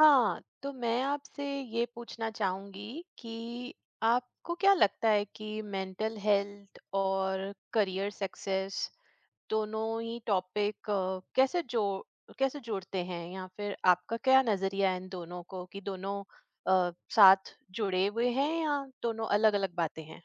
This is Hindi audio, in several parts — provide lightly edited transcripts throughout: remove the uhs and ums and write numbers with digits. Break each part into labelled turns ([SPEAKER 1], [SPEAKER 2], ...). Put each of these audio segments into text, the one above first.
[SPEAKER 1] हाँ, तो मैं आपसे ये पूछना चाहूँगी कि आपको क्या लगता है कि मेंटल हेल्थ और करियर सक्सेस दोनों ही टॉपिक कैसे जोड़ते हैं या फिर आपका क्या नज़रिया है इन दोनों को कि दोनों साथ जुड़े हुए हैं या दोनों अलग-अलग बातें हैं?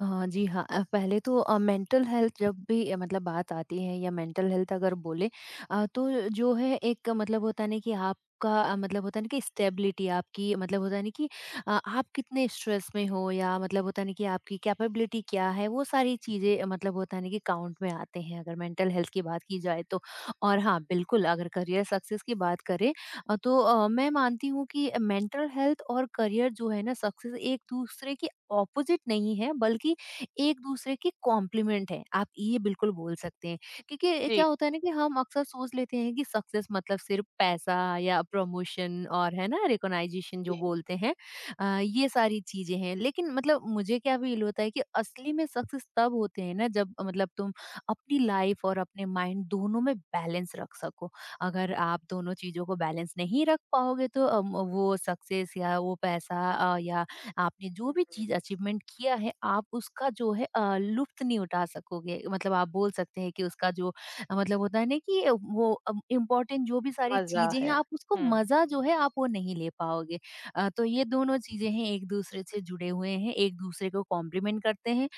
[SPEAKER 2] जी हाँ। पहले तो मेंटल हेल्थ जब भी मतलब बात आती है या मेंटल हेल्थ अगर बोले तो जो है एक मतलब होता है ना कि आपका मतलब होता है ना कि स्टेबिलिटी आपकी मतलब होता है ना कि आप कितने स्ट्रेस में हो या मतलब होता है ना कि आपकी कैपेबिलिटी क्या है वो सारी चीज़ें मतलब होता है ना कि काउंट में आते हैं अगर मेंटल हेल्थ की बात की जाए तो। और हाँ, बिल्कुल अगर करियर सक्सेस की बात करें तो मैं मानती हूँ कि मेंटल हेल्थ और करियर जो है ना सक्सेस एक-दूसरे के ऑपोजिट नहीं है बल्कि एक दूसरे के कॉम्प्लीमेंट है, आप ये बिल्कुल बोल सकते हैं। क्योंकि क्या
[SPEAKER 1] जी,
[SPEAKER 2] होता है ना कि हम अक्सर सोच लेते हैं कि सक्सेस मतलब सिर्फ पैसा या प्रमोशन और है ना रिकॉग्नाइजेशन
[SPEAKER 1] जी।
[SPEAKER 2] जो बोलते हैं। ये सारी चीजें हैं लेकिन मतलब मुझे क्या फील होता है कि असली में सक्सेस तब होते हैं ना जब मतलब तुम अपनी लाइफ और अपने माइंड दोनों में बैलेंस रख सको। अगर आप दोनों चीजों को बैलेंस नहीं रख पाओगे तो वो सक्सेस या वो पैसा या आपने जो भी चीज़
[SPEAKER 1] हुँ।
[SPEAKER 2] अचीवमेंट किया है आप उसका जो है लुफ्त नहीं उठा सकोगे, मतलब आप बोल सकते हैं कि उसका जो मतलब होता है ना कि वो इम्पोर्टेंट जो भी सारी
[SPEAKER 1] मज़ा
[SPEAKER 2] चीज़ें हैं
[SPEAKER 1] है।
[SPEAKER 2] आप उसको
[SPEAKER 1] हुँ,
[SPEAKER 2] मज़ा जो है आप वो नहीं ले पाओगे। तो ये दोनों चीज़ें हैं, एक दूसरे से जुड़े हुए हैं, एक दूसरे को कॉम्प्लीमेंट करते हैं।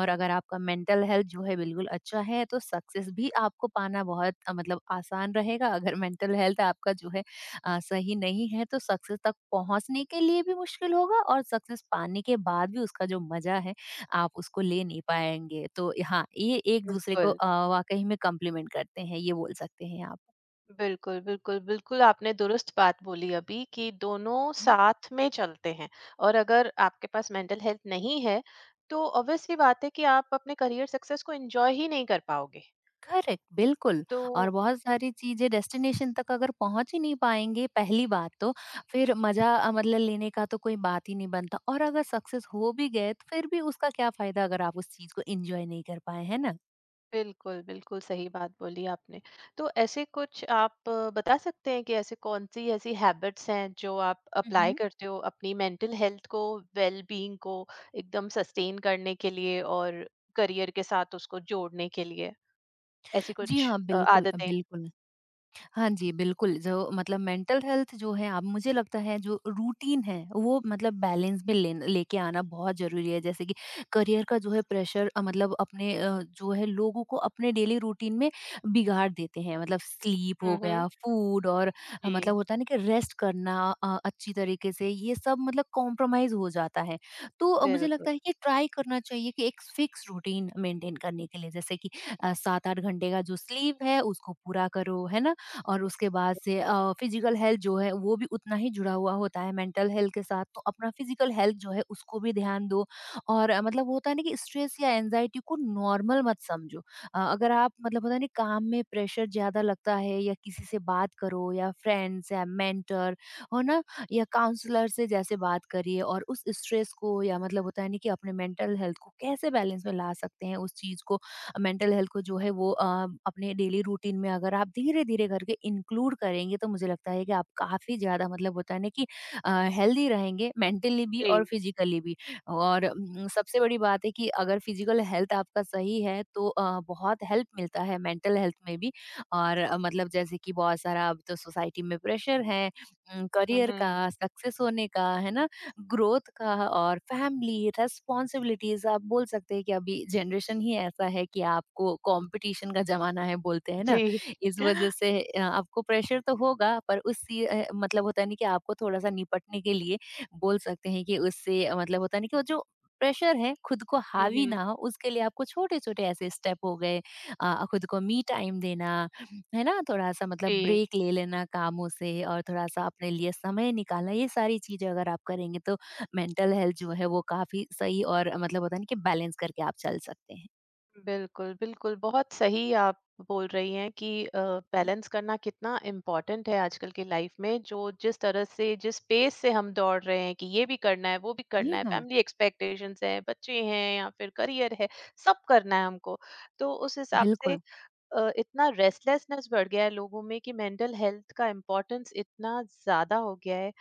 [SPEAKER 2] और अगर आपका मेंटल हेल्थ जो है बिल्कुल अच्छा है तो सक्सेस भी आपको पाना बहुत मतलब आसान रहेगा। अगर मेंटल हेल्थ आपका जो है सही नहीं है तो सक्सेस तक पहुंचने के लिए भी मुश्किल होगा और सक्सेस पाने के बाद भी उसका जो मजा है आप उसको ले नहीं पाएंगे। तो हाँ, ये एक दूसरे को
[SPEAKER 1] बिल्कुल।
[SPEAKER 2] वाकई में कॉम्प्लीमेंट करते हैं, ये बोल सकते हैं आप।
[SPEAKER 1] बिल्कुल, बिल्कुल, बिल्कुल आपने दुरुस्त बात बोली अभी कि दोनों
[SPEAKER 2] हम्म,
[SPEAKER 1] साथ में चलते हैं और अगर आपके पास मेंटल हेल्थ नहीं है, तो ऑब्वियस सी बात है कि आप अपने करियर सक्सेस को एन्जॉय ही नहीं कर पाओगे।
[SPEAKER 2] करेक्ट, बिल्कुल।
[SPEAKER 1] तो
[SPEAKER 2] और बहुत सारी चीजें डेस्टिनेशन तक अगर पहुंच ही नहीं पाएंगे पहली बात तो, फिर मजा मतलब लेने का तो कोई बात ही नहीं बनता। और अगर सक्सेस हो भी गए तो फिर भी उसका क्या फायदा अगर आप उस चीज को एंजॉय नहीं कर पाए, है ना?
[SPEAKER 1] बिल्कुल, बिल्कुल सही बात बोली आपने। तो ऐसे कुछ आप बता सकते हैं कि ऐसे कौन-सी ऐसी हैबिट्स हैं जो आप अप्लाई
[SPEAKER 2] मम्म।
[SPEAKER 1] करते हो अपनी मेंटल हेल्थ को, वेल बीइंग को एकदम सस्टेन करने के लिए और करियर के साथ उसको जोड़ने के लिए? ऐसी
[SPEAKER 2] जी
[SPEAKER 1] कुछ
[SPEAKER 2] हाँ, बिल्कुल
[SPEAKER 1] आदतें?
[SPEAKER 2] बिल्कुल। हाँ जी, बिल्कुल, जो मतलब मेंटल हेल्थ जो है, अब मुझे लगता है जो रूटीन है, वो मतलब बैलेंस में लेन लेके आना बहुत ज़रूरी है। जैसे कि करियर का जो है प्रेशर, मतलब अपने जो है लोगों को अपने डेली रूटीन में बिगाड़ देते हैं। मतलब स्लीप
[SPEAKER 1] हुँ,
[SPEAKER 2] हो
[SPEAKER 1] हुँ।
[SPEAKER 2] गया, फूड और मतलब
[SPEAKER 1] जी,
[SPEAKER 2] होता है ना कि रेस्ट करना अच्छी तरीके से ये सब मतलब कॉम्प्रोमाइज़ हो जाता है। तो मुझे
[SPEAKER 1] बिल्कुल।
[SPEAKER 2] लगता है कि ट्राई करना चाहिए कि एक फिक्स रूटीन मेंटेन करने के लिए, जैसे कि 7-8 घंटे का जो स्लीप है उसको पूरा करो, है ना? और उसके बाद से फिजिकल हेल्थ जो है वो भी उतना ही जुड़ा हुआ होता है मेंटल हेल्थ के साथ, तो अपना फिजिकल हेल्थ जो है उसको भी ध्यान दो। और मतलब होता है ना कि स्ट्रेस या एनजाइटी को नॉर्मल मत समझो। अगर आप मतलब होता है ना काम में प्रेशर ज्यादा लगता है या किसी से बात करो, या फ्रेंड्स या मेंटर हो ना, या काउंसलर से जैसे बात करिए और उस स्ट्रेस को या मतलब होता है ना कि अपने मेंटल हेल्थ को कैसे बैलेंस में ला सकते हैं उस चीज को, मेंटल हेल्थ को जो है वो अपने डेली रूटीन में अगर आप धीरे-धीरे करके इंक्लूड करेंगे तो मुझे लगता है कि आप काफ़ी ज़्यादा मतलब होता है ना कि अ, हेल्दी रहेंगे, मेंटली भी
[SPEAKER 1] जी।
[SPEAKER 2] और फिजिकली भी। और सबसे बड़ी बात है कि अगर फिजिकल हेल्थ आपका सही है तो बहुत हेल्प मिलता है मेंटल हेल्थ में भी। और मतलब जैसे कि बहुत सारा अब तो सोसाइटी में प्रेशर है,
[SPEAKER 1] हुँ,
[SPEAKER 2] करियर
[SPEAKER 1] हुँ।
[SPEAKER 2] का, सक्सेस होने का, है ना? ग्रोथ का और फैमिली रेस्पॉन्सिबिलिटीज, आप बोल सकते हैं कि अभी जनरेशन ही ऐसा है कि आपको कंपटीशन का जमाना है, बोलते हैं ना।
[SPEAKER 1] जी।
[SPEAKER 2] इस वजह से आपको प्रेशर तो होगा पर उससे मतलब होता नहीं कि आपको थोड़ा सा निपटने के लिए बोल सकते हैं कि उससे मतलब होता नहीं कि वो जो प्रेशर है खुद को
[SPEAKER 1] हुँ,
[SPEAKER 2] हावी
[SPEAKER 1] हुँ।
[SPEAKER 2] ना हो, उसके लिए आपको छोटे छोटे ऐसे स्टेप हो गए, खुद को मी टाइम देना, है ना? थोड़ा-सा मतलब
[SPEAKER 1] जी,
[SPEAKER 2] ब्रेक ले लेना कामों से और थोड़ा-सा अपने लिए समय निकालना, ये सारी चीज़ें अगर आप करेंगे तो मेंटल हेल्थ जो है वो काफ़ी सही और मतलब होता है ना कि बैलेंस करके आप चल सकते हैं।
[SPEAKER 1] बिल्कुल, बिल्कुल। बहुत सही आप बोल रही हैं कि
[SPEAKER 2] हुँ।
[SPEAKER 1] बैलेंस करना कितना इम्पोर्टेंट है आजकल की लाइफ़ में, जो जिस तरह से जिस पेस से हम दौड़ रहे हैं कि ये भी करना है, वो भी
[SPEAKER 2] जी
[SPEAKER 1] करना है,
[SPEAKER 2] हाँ,
[SPEAKER 1] फैमिली एक्सपेक्टेशंस हैं, बच्चे हैं या फिर करियर है, सब करना है हमको। तो उस हिसाब से
[SPEAKER 2] बिल्कुल।
[SPEAKER 1] इतना रेस्टलेसनेस बढ़ गया है लोगों में कि मेंटल हेल्थ का इम्पोर्टेंस इतना ज़्यादा हो गया है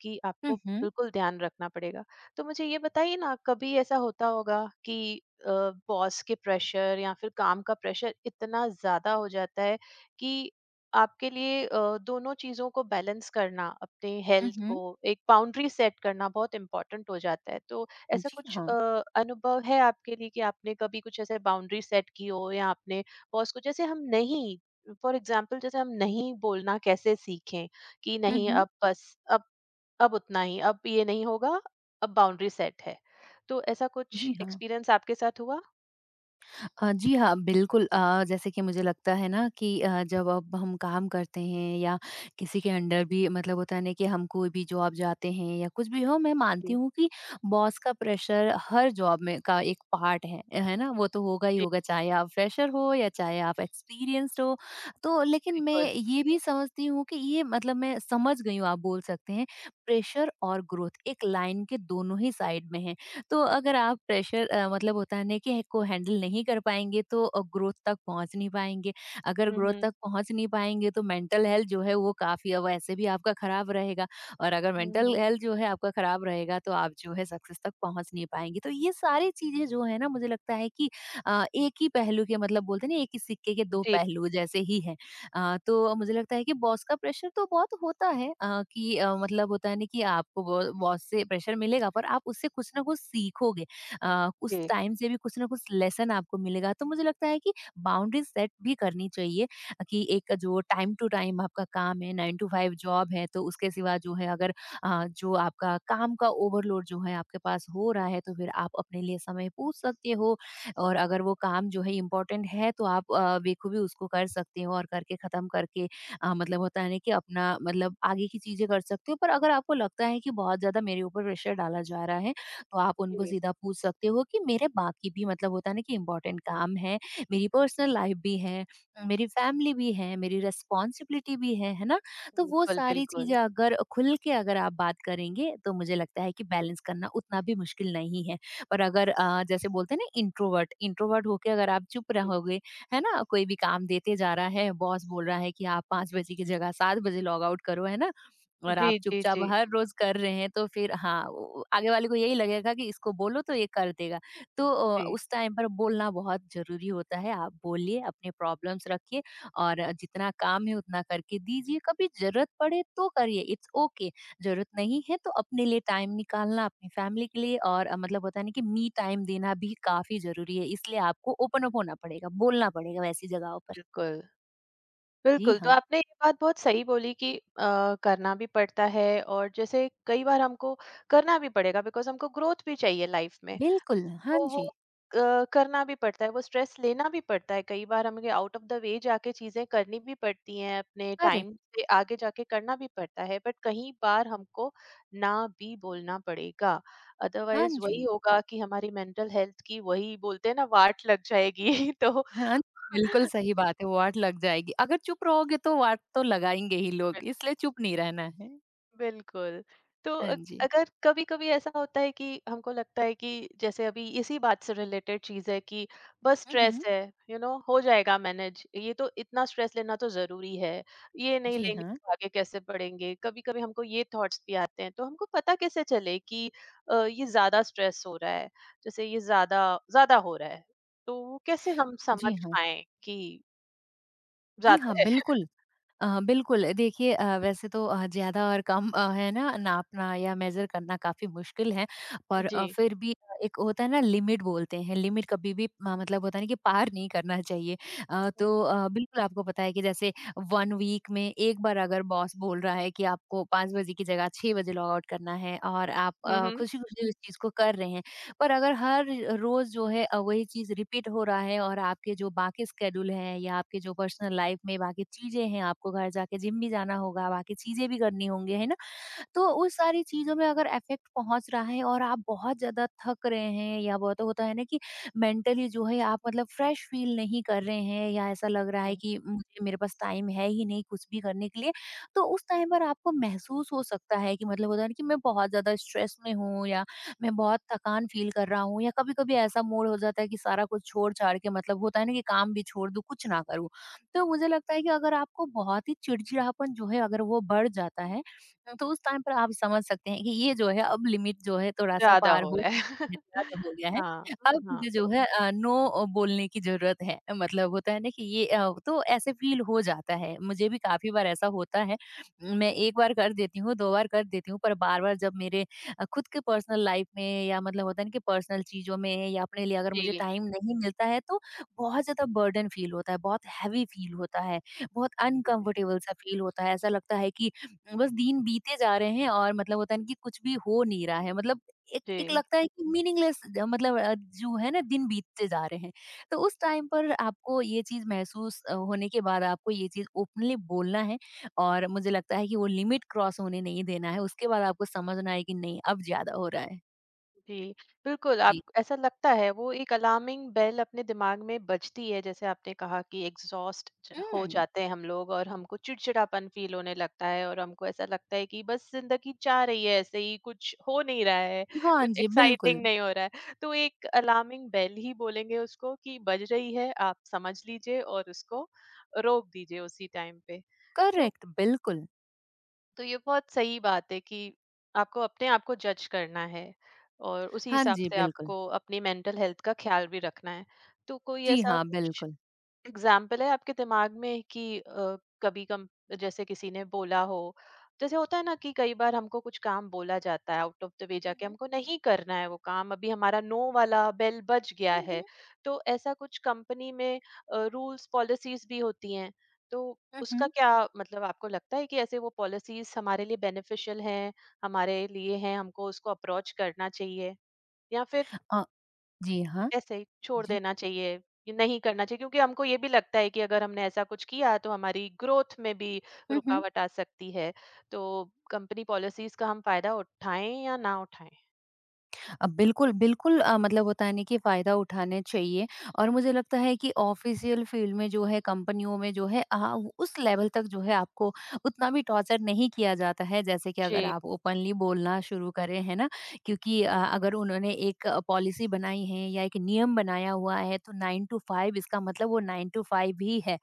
[SPEAKER 1] कि
[SPEAKER 2] हुँ,
[SPEAKER 1] आपको
[SPEAKER 2] हुँ।
[SPEAKER 1] बिल्कुल ध्यान रखना पड़ेगा। तो मुझे ये बताइए ना कभी ऐसा होता होगा कि अ, बॉस के प्रेशर या फिर काम का प्रेशर इतना ज़्यादा हो जाता है कि आपके लिए दोनों चीज़ों को बैलेंस करना, अपने
[SPEAKER 2] हुँ,
[SPEAKER 1] हेल्थ
[SPEAKER 2] हुँ।
[SPEAKER 1] को एक बाउंड्री सेट करना बहुत इम्पोर्टेंट हो जाता है। तो ऐसा
[SPEAKER 2] जी
[SPEAKER 1] कुछ
[SPEAKER 2] हाँ।
[SPEAKER 1] अनुभव है आपके लिए कि आपने कभी कुछ ऐसे बाउंड्री सेट की हो या आपने बॉस को जैसे हम नहीं फॉर एग्जाम्पल जैसे हम नहीं बोलना कैसे सीखें कि
[SPEAKER 2] हुँ,
[SPEAKER 1] नहीं
[SPEAKER 2] हुँ।
[SPEAKER 1] अब बस अब उतना ही अब ये नहीं होगा अब बाउंड्री सेट है तो ऐसा कुछ
[SPEAKER 2] जी हाँ।
[SPEAKER 1] एक्सपीरियंस आपके साथ हुआ।
[SPEAKER 2] जी हाँ, बिल्कुल। जैसे कि मुझे लगता है ना कि जब अब हम काम करते हैं या किसी के अंडर भी मतलब होता है ना कि हम कोई भी जॉब जाते हैं या कुछ भी हो, मैं मानती
[SPEAKER 1] जी,
[SPEAKER 2] हूँ कि बॉस का प्रेशर हर जॉब में का एक पार्ट है ना? वो तो होगा ही
[SPEAKER 1] जी,
[SPEAKER 2] होगा, चाहे आप फ्रेशर हो या चाहे आप एक्सपीरियंस्ड हो। तो लेकिन मैं
[SPEAKER 1] बिल्कुल।
[SPEAKER 2] ये भी समझती हूँ कि ये मतलब मैं समझ गई हूँ, आप बोल सकते हैं, प्रेशर और ग्रोथ एक लाइन के दोनों ही साइड में है। तो अगर आप प्रेशर मतलब होता है ना कि को हैंडल नहीं कर पाएँगे तो ग्रोथ तक पहुँच नहीं पाएँगे। अगर
[SPEAKER 1] हम्म,
[SPEAKER 2] ग्रोथ
[SPEAKER 1] हम्म,
[SPEAKER 2] तक पहुँच नहीं पाएँगे तो मेंटल हेल्थ जो है वो काफ़ी वैसे भी आपका खराब रहेगा, और अगर
[SPEAKER 1] हम्म,
[SPEAKER 2] मेंटल हेल्थ जो है आपका खराब रहेगा तो आप जो है सक्सेस तक पहुँच नहीं पाएँगे। तो ये सारी चीज़ें जो है ना मुझे लगता है कि एक ही पहलू के मतलब बोलते हैं ना एक ही सिक्के के 2
[SPEAKER 1] जी,
[SPEAKER 2] पहलू जैसे ही है। तो मुझे लगता है कि बॉस का प्रेशर तो बहुत होता है, कि मतलब होता है ना कि आपको बॉस से प्रेशर मिलेगा पर आप उससे कुछ ना कुछ सीखोगे। उस
[SPEAKER 1] जी,
[SPEAKER 2] टाइम से भी कुछ ना कुछ लेसन आपको मिलेगा, तो मुझे लगता है कि बाउंड्री सेट भी करनी चाहिए। कि एक जो टाइम टू टाइम आपका काम है, 9 to 5 जॉब है, तो उसके सिवा जो है अगर जो आपका काम का ओवरलोड जो है आपके पास हो रहा है तो फिर आप अपने लिए समय पूछ सकते हो। और अगर वो काम जो है इम्पोर्टेंट है तो आप बेखूबी उसको कर सकते हो, और करके ख़त्म करके मतलब होता है ना कि अपना मतलब आगे की चीज़ें कर सकते हो। पर अगर आपको लगता है कि बहुत ज़्यादा मेरे ऊपर प्रेशर डाला जा रहा है, तो आप उनको
[SPEAKER 1] जी,
[SPEAKER 2] सीधा पूछ सकते हो कि मेरे बाकी भी मतलब होता है ना कि इम्पोर्टेंट काम है, मेरी पर्सनल लाइफ भी है, मेरी फैमिली भी है, मेरी रिस्पॉन्सिबिलिटी भी है ना? तो वो
[SPEAKER 1] बिल्कुल,
[SPEAKER 2] सारी चीज़ें
[SPEAKER 1] बिल्कुल,
[SPEAKER 2] अगर खुल के अगर आप बात करेंगे, तो मुझे लगता है कि बैलेंस करना उतना भी मुश्किल नहीं है। और अगर जैसे बोलते हैं ना, इंट्रोवर्ट इंट्रोवर्ट होके अगर आप चुप
[SPEAKER 1] जी,
[SPEAKER 2] रहोगे, है ना, कोई भी काम देते जा रहा है, बॉस बोल रहा है कि आप 5 बजे की जगह 7 बजे लॉग आउट करो, है ना, और आप
[SPEAKER 1] जी, जी,
[SPEAKER 2] चुपचाप
[SPEAKER 1] जी,
[SPEAKER 2] हर रोज कर रहे हैं तो फिर हाँ आगे वाले को यही लगेगा कि इसको बोलो तो ये कर देगा। तो
[SPEAKER 1] जी,
[SPEAKER 2] उस टाइम पर बोलना बहुत जरूरी होता है। आप बोलिए, अपने प्रॉब्लम्स रखिए और जितना काम है उतना करके दीजिए, कभी जरूरत पड़े तो करिए, इट्स ओके। ज़रूरत नहीं है तो अपने लिए टाइम निकालना, अपनी फैमिली के लिए और मतलब होता है ना कि मी टाइम देना भी काफ़ी ज़रूरी है। इसलिए आपको ओपन अप होना पड़ेगा, बोलना पड़ेगा वैसी जगहों पर।
[SPEAKER 1] बिल्कुल,
[SPEAKER 2] जी
[SPEAKER 1] बिल्कुल। तो
[SPEAKER 2] हाँ।
[SPEAKER 1] आपने ये बात बहुत सही बोली कि करना भी पड़ता है और जैसे कई बार हमको करना भी पड़ेगा बिकॉज़ हमको ग्रोथ भी चाहिए लाइफ में।
[SPEAKER 2] बिल्कुल, हाँ
[SPEAKER 1] तो वो
[SPEAKER 2] जी।
[SPEAKER 1] करना भी पड़ता है, वो स्ट्रेस लेना भी पड़ता है। कई बार हमें आउट ऑफ द वे जाके चीज़ें करनी भी पड़ती हैं, अपने
[SPEAKER 2] करेक्ट,
[SPEAKER 1] टाइम से आगे जाके करना भी पड़ता है, बट कई बार हमको ना भी बोलना पड़ेगा।
[SPEAKER 2] हाँ
[SPEAKER 1] अदरवाइज़ वही
[SPEAKER 2] जी।
[SPEAKER 1] होगा कि हमारी मेंटल हेल्थ की वही बोलते हैं ना वाट लग जाएगी। तो
[SPEAKER 2] हाँ, बिल्कुल सही बात है, वाट लग जाएगी। अगर चुप रहोगे तो वाट तो लगाएँगे ही लोग, इसलिए चुप नहीं रहना है।
[SPEAKER 1] बिल्कुल। तो
[SPEAKER 2] हाँ जी।
[SPEAKER 1] अगर कभी-कभी ऐसा होता है कि हमको लगता है कि जैसे अभी इसी बात से रिलेटेड चीज़ है कि बस
[SPEAKER 2] हुँ,
[SPEAKER 1] स्ट्रेस
[SPEAKER 2] हुँ।
[SPEAKER 1] है, यू नो हो जाएगा मैनेज। ये तो इतना स्ट्रेस लेना तो ज़रूरी है। ये नहीं
[SPEAKER 2] जी
[SPEAKER 1] लेंगे
[SPEAKER 2] हाँ,
[SPEAKER 1] तो आगे कैसे बढ़ेंगे? कभी-कभी हमको ये थॉट्स भी आते हैं। तो हमको पता कैसे चले कि ये ज़्यादा स्ट्रेस हो रहा है, जैसे ये ज़्यादा ज़्यादा हो रहा है। तो वो कैसे हम
[SPEAKER 2] जी
[SPEAKER 1] समझ
[SPEAKER 2] हाँ।
[SPEAKER 1] पाएँ कि
[SPEAKER 2] जी
[SPEAKER 1] ज़्यादा
[SPEAKER 2] हाँ,
[SPEAKER 1] है?
[SPEAKER 2] बिल्कुल। बिल्कुल, देखिए, वैसे तो ज़्यादा और कम है ना नापना या मेज़र करना काफ़ी मुश्किल है, पर
[SPEAKER 1] जी।
[SPEAKER 2] फिर भी एक होता है ना लिमिट, बोलते हैं लिमिट कभी भी मतलब होता है ना कि पार नहीं करना चाहिए। तो
[SPEAKER 1] हुँ।
[SPEAKER 2] बिल्कुल आपको पता है कि जैसे 1 वीक में एक बार अगर बॉस बोल रहा है कि आपको 5 बजे की जगह 6 बजे लॉग आउट करना है और आप
[SPEAKER 1] हुँ, हुँ।
[SPEAKER 2] खुशी-खुशी उस चीज़ को कर रहे हैं, पर अगर हर रोज़ जो है वही चीज़ रिपीट हो रहा है और आपके जो बाकी स्केड्यूल है या आपके जो पर्सनल लाइफ में बाकी चीज़ें हैं, आपको घर जाके जिम भी जाना होगा, बाकी चीज़ें भी करनी होंगी, है ना? तो उस सारी चीज़ों में अगर इफ़ेक्ट पहुँच रहा है और आप बहुत ज़्यादा थक रहे हैं या बहुत होता है ना कि मेंटली जो है आप मतलब फ्रेश फ़ील नहीं कर रहे हैं या ऐसा लग रहा है कि मुझे मेरे पास टाइम है ही नहीं कुछ भी करने के लिए, तो उस टाइम पर आपको महसूस हो सकता है कि मतलब होता है ना कि मैं बहुत ज़्यादा स्ट्रेस में हूँ या मैं बहुत थकान फ़ील कर रहा हूँ या कभी-कभी ऐसा मूड हो जाता है कि सारा कुछ छोड़-छाड़ के मतलब होता है ना कि काम भी छोड़ दूँ, कुछ ना करूँ। तो मुझे लगता है कि अगर आपको बहुत ही चिड़चिड़ापन जो है अगर वो बढ़ जाता है तो उस टाइम पर आप समझ सकते हैं कि ये जो है अब लिमिट जो है थोड़ा-सा
[SPEAKER 1] ज़्यादा
[SPEAKER 2] पार
[SPEAKER 1] हो
[SPEAKER 2] हो,
[SPEAKER 1] रहा है।
[SPEAKER 2] ज्यादा हो गया है।
[SPEAKER 1] हाँ,
[SPEAKER 2] अब
[SPEAKER 1] हाँ।
[SPEAKER 2] मुझे जो है नो बोलने की ज़रूरत है। मतलब होता है ना कि ये तो ऐसे फ़ील हो जाता है। मुझे भी काफ़ी बार ऐसा होता है। मैं 1 बार कर देती हूँ, 2 बार कर देती हूँ पर बार-बार जब मेरे खुद के पर्सनल लाइफ़ में या मतलब होता है ना कि पर्सनल चीज़ों में या अपने लिए अगर मुझे
[SPEAKER 1] जी,
[SPEAKER 2] टाइम नहीं मिलता है तो बहुत ज़्यादा बर्डन फ़ील होता है, बहुत हैवी फ़ील होता है, बहुत अनकम्फ़र्टेबल सा फ़ील होता है। ऐसा लगता है कि बस दिन बीते जा रहे हैं और मतलब होता है ना कि कुछ भी हो नहीं रहा है, मतलब एक एक
[SPEAKER 1] जी,
[SPEAKER 2] लगता है कि मीनिंगलेस, मतलब जो है ना दिन बीतते जा रहे हैं। तो उस टाइम पर आपको ये चीज महसूस होने के बाद आपको ये चीज ओपनली बोलना है और मुझे लगता है कि वो लिमिट क्रॉस होने नहीं देना है, उसके बाद आपको समझना है कि नहीं अब ज्यादा हो रहा है।
[SPEAKER 1] जी। बिल्कुल, आप
[SPEAKER 2] जी।
[SPEAKER 1] ऐसा लगता है वो एक अलार्मिंग बेल अपने दिमाग में बजती है जैसे आपने कहा कि एग्ज़ॉस्ट ज हो
[SPEAKER 2] हम्म।
[SPEAKER 1] जाते हैं हम लोग और हमको चिड़चिड़ापन फ़ील होने लगता है और हमको ऐसा लगता है कि बस ज़िंदगी जा रही है ऐसे ही, कुछ हो नहीं रहा है,
[SPEAKER 2] हाँ
[SPEAKER 1] कुछ
[SPEAKER 2] जी बिल्कुल।
[SPEAKER 1] एक्साइटिंग नहीं हो रहा है। तो एक अलार्मिंग बेल ही बोलेंगे उसको कि बज रही है, आप समझ लीजिए और उसको रोक दीजिए उसी टाइम पे। तो
[SPEAKER 2] करेक्ट बिल्कुल।
[SPEAKER 1] तो ये बहुत सही बात है कि आपको अपने आप को जज करना है और उसी
[SPEAKER 2] हाँ
[SPEAKER 1] हिसाब
[SPEAKER 2] जी
[SPEAKER 1] से
[SPEAKER 2] बिल्कुल।
[SPEAKER 1] आपको अपनी मेंटल हेल्थ का ख्याल भी रखना है। तो कोई
[SPEAKER 2] जी
[SPEAKER 1] ऐसा
[SPEAKER 2] हाँ
[SPEAKER 1] कुछ
[SPEAKER 2] बिल्कुल।
[SPEAKER 1] एग्जाम्पल है आपके दिमाग में कि कभी कम जैसे किसी ने बोला हो जैसे होता है ना कि कई बार हमको कुछ काम बोला जाता है आउट ऑफ द वे जाके
[SPEAKER 2] हम्म
[SPEAKER 1] हमको नहीं करना है वो काम अभी हमारा नो वाला बेल बज गया
[SPEAKER 2] हम्म
[SPEAKER 1] है तो ऐसा कुछ कंपनी में रूल्स पॉलिसीज भी होती हैं तो उसका
[SPEAKER 2] हम्म।
[SPEAKER 1] क्या मतलब आपको लगता है कि ऐसे वो पॉलिसीज हमारे लिए बेनिफिशियल हैं हमारे लिए हैं हमको उसको अप्रोच करना चाहिए या फिर
[SPEAKER 2] अ, जी हाँ।
[SPEAKER 1] ऐसे ही छोड़
[SPEAKER 2] जी।
[SPEAKER 1] देना चाहिए, ये नहीं करना चाहिए क्योंकि हमको ये भी लगता है कि अगर हमने ऐसा कुछ किया तो हमारी ग्रोथ में भी
[SPEAKER 2] हम्म।
[SPEAKER 1] रुकावट आ सकती है। तो कंपनी पॉलिसीज़ का हम फ़ायदा उठाएँ या ना उठाएँ?
[SPEAKER 2] बिल्कुल, बिल्कुल मतलब होता है ना कि फ़ायदा उठाने चाहिए। और मुझे लगता है कि ऑफ़िशियल फ़ील्ड में जो है कंपनियों में जो है उस लेवल तक जो है आपको उतना भी टॉर्चर नहीं किया जाता है जैसे कि अगर
[SPEAKER 1] जी।
[SPEAKER 2] आप ओपनली बोलना शुरू करें, है ना? क्योंकि
[SPEAKER 1] हुँ,
[SPEAKER 2] अगर उन्होंने एक पॉलिसी बनाई है या एक नियम बनाया हुआ है तो 9 टू 5 इसका मतलब वो 9 टू 5 ही है।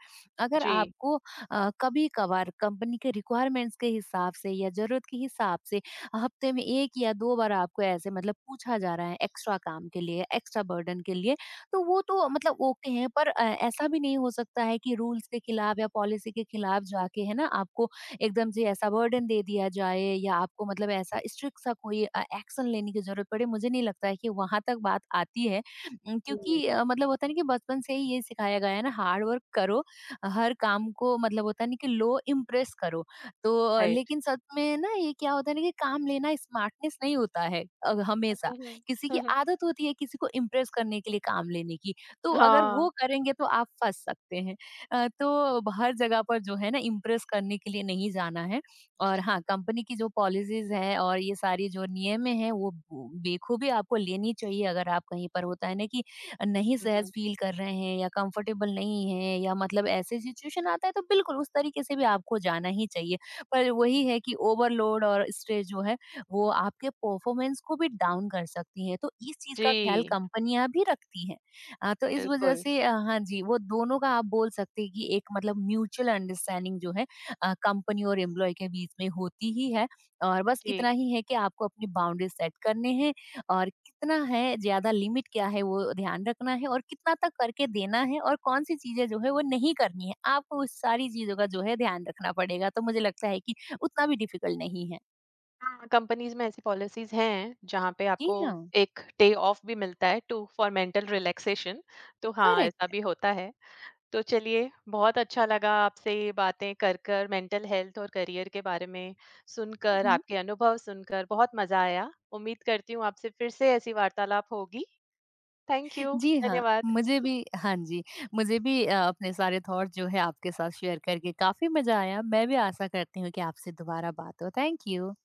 [SPEAKER 2] अगर
[SPEAKER 1] जी।
[SPEAKER 2] आपको कभी-कभार कंपनी के रिक्वायरमेंट्स के हिसाब से या ज़रूरत के हिसाब से हफ्ते में 1 या 2 बार आपको ऐसे मतलब पूछा जा रहा है एक्स्ट्रा काम के लिए, एक्स्ट्रा बर्डन के लिए, तो वो तो मतलब ओके है। पर ऐसा भी नहीं हो सकता है कि रूल्स के खिलाफ या पॉलिसी के खिलाफ जाके है ना आपको एकदम से ऐसा बर्डन दे दिया जाए या आपको मतलब ऐसा स्ट्रिक्ट सा कोई एक्शन लेने की ज़रूरत पड़े, मुझे नहीं लगता है कि वहाँ तक बात आती है।
[SPEAKER 1] जी,
[SPEAKER 2] क्योंकि मतलब होता है ना कि बचपन से ही ये सिखाया गया है ना हार्ड वर्क करो, हर काम को मतलब होता है ना कि लो इम्प्रेस करो। तो
[SPEAKER 1] राइट।
[SPEAKER 2] लेकिन सच में ना ये क्या होता है ना कि काम लेना स्मार्टनेस नहीं होता है हमेशा।
[SPEAKER 1] हुँ, हुँ।
[SPEAKER 2] किसी की
[SPEAKER 1] हुँ, हुँ।
[SPEAKER 2] आदत होती है किसी को इम्प्रेस करने के लिए काम लेने की, तो अगर वो
[SPEAKER 1] हाँ।
[SPEAKER 2] करेंगे तो आप फंस सकते हैं। तो हर जगह पर जो है ना इम्प्रेस करने के लिए नहीं जाना है और हाँ कंपनी की जो पॉलिसीज है और ये सारी जो नियम है वो बेखूबी आपको लेनी चाहिए अगर आप कहीं पर होता है ना कि नहीं
[SPEAKER 1] हुँ,
[SPEAKER 2] सहज
[SPEAKER 1] हुँ।
[SPEAKER 2] फील कर रहे हैं या कंफर्टेबल नहीं है या मतलब ऐसे सिचुएशन आता है तो बिल्कुल उस तरीके से भी आपको जाना ही चाहिए। पर वही है कि ओवरलोड और स्ट्रेस जो है वो आपके परफॉर्मेंस को भी डाउन कर सकती है, तो इस चीज का ख्याल
[SPEAKER 1] जी,
[SPEAKER 2] कंपनियां भी रखती हैं। तो इस वजह
[SPEAKER 1] बिल्कुल।
[SPEAKER 2] से हाँ जी वो दोनों का आप बोल सकते हैं कि एक मतलब म्यूचुअल अंडरस्टैंडिंग जो है कंपनी और एम्प्लॉय के बीच में होती ही है और बस
[SPEAKER 1] जी।
[SPEAKER 2] इतना ही है कि आपको अपनी बाउंड्री सेट करने हैं। और कितना है ज़्यादा, लिमिट क्या है वो ध्यान रखना है और कितना तक करके देना है और कौन सी चीज़ें जो है वो नहीं करनी है। आपको उस सारी चीज़ों का जो है ध्यान रखना पड़ेगा, तो मुझे लगता है कि उतना भी डिफ़िकल्ट नहीं है।
[SPEAKER 1] हाँ, कंपनीज़ में ऐसी पॉलिसीज़ हैं जहाँ पे
[SPEAKER 2] जी
[SPEAKER 1] आपको
[SPEAKER 2] हाँ,
[SPEAKER 1] एक डे ऑफ भी मिलता है टू फॉर मेंटल रिलैक्सेशन। तो हाँ,
[SPEAKER 2] करेक्ट
[SPEAKER 1] ऐसा
[SPEAKER 2] है।
[SPEAKER 1] भी होता है। तो चलिए, बहुत अच्छा लगा आपसे ये बातें कर कर, मेंटल हेल्थ और करियर के बारे में
[SPEAKER 2] हुँ,
[SPEAKER 1] सुनकर,
[SPEAKER 2] हुँ।
[SPEAKER 1] आपके अनुभव सुनकर बहुत मज़ा आया। उम्मीद करती हूँ आपसे फिर से ऐसी वार्तालाप होगी। थैंक यू,
[SPEAKER 2] जी हाँ,
[SPEAKER 1] धन्यवाद।
[SPEAKER 2] मुझे भी। हाँ जी, मुझे भी अपने सारे थॉट जो है आपके साथ शेयर करके काफ़ी मज़ा आया। मैं भी आशा करती हूँ कि आपसे दोबारा बात हो। Thank you.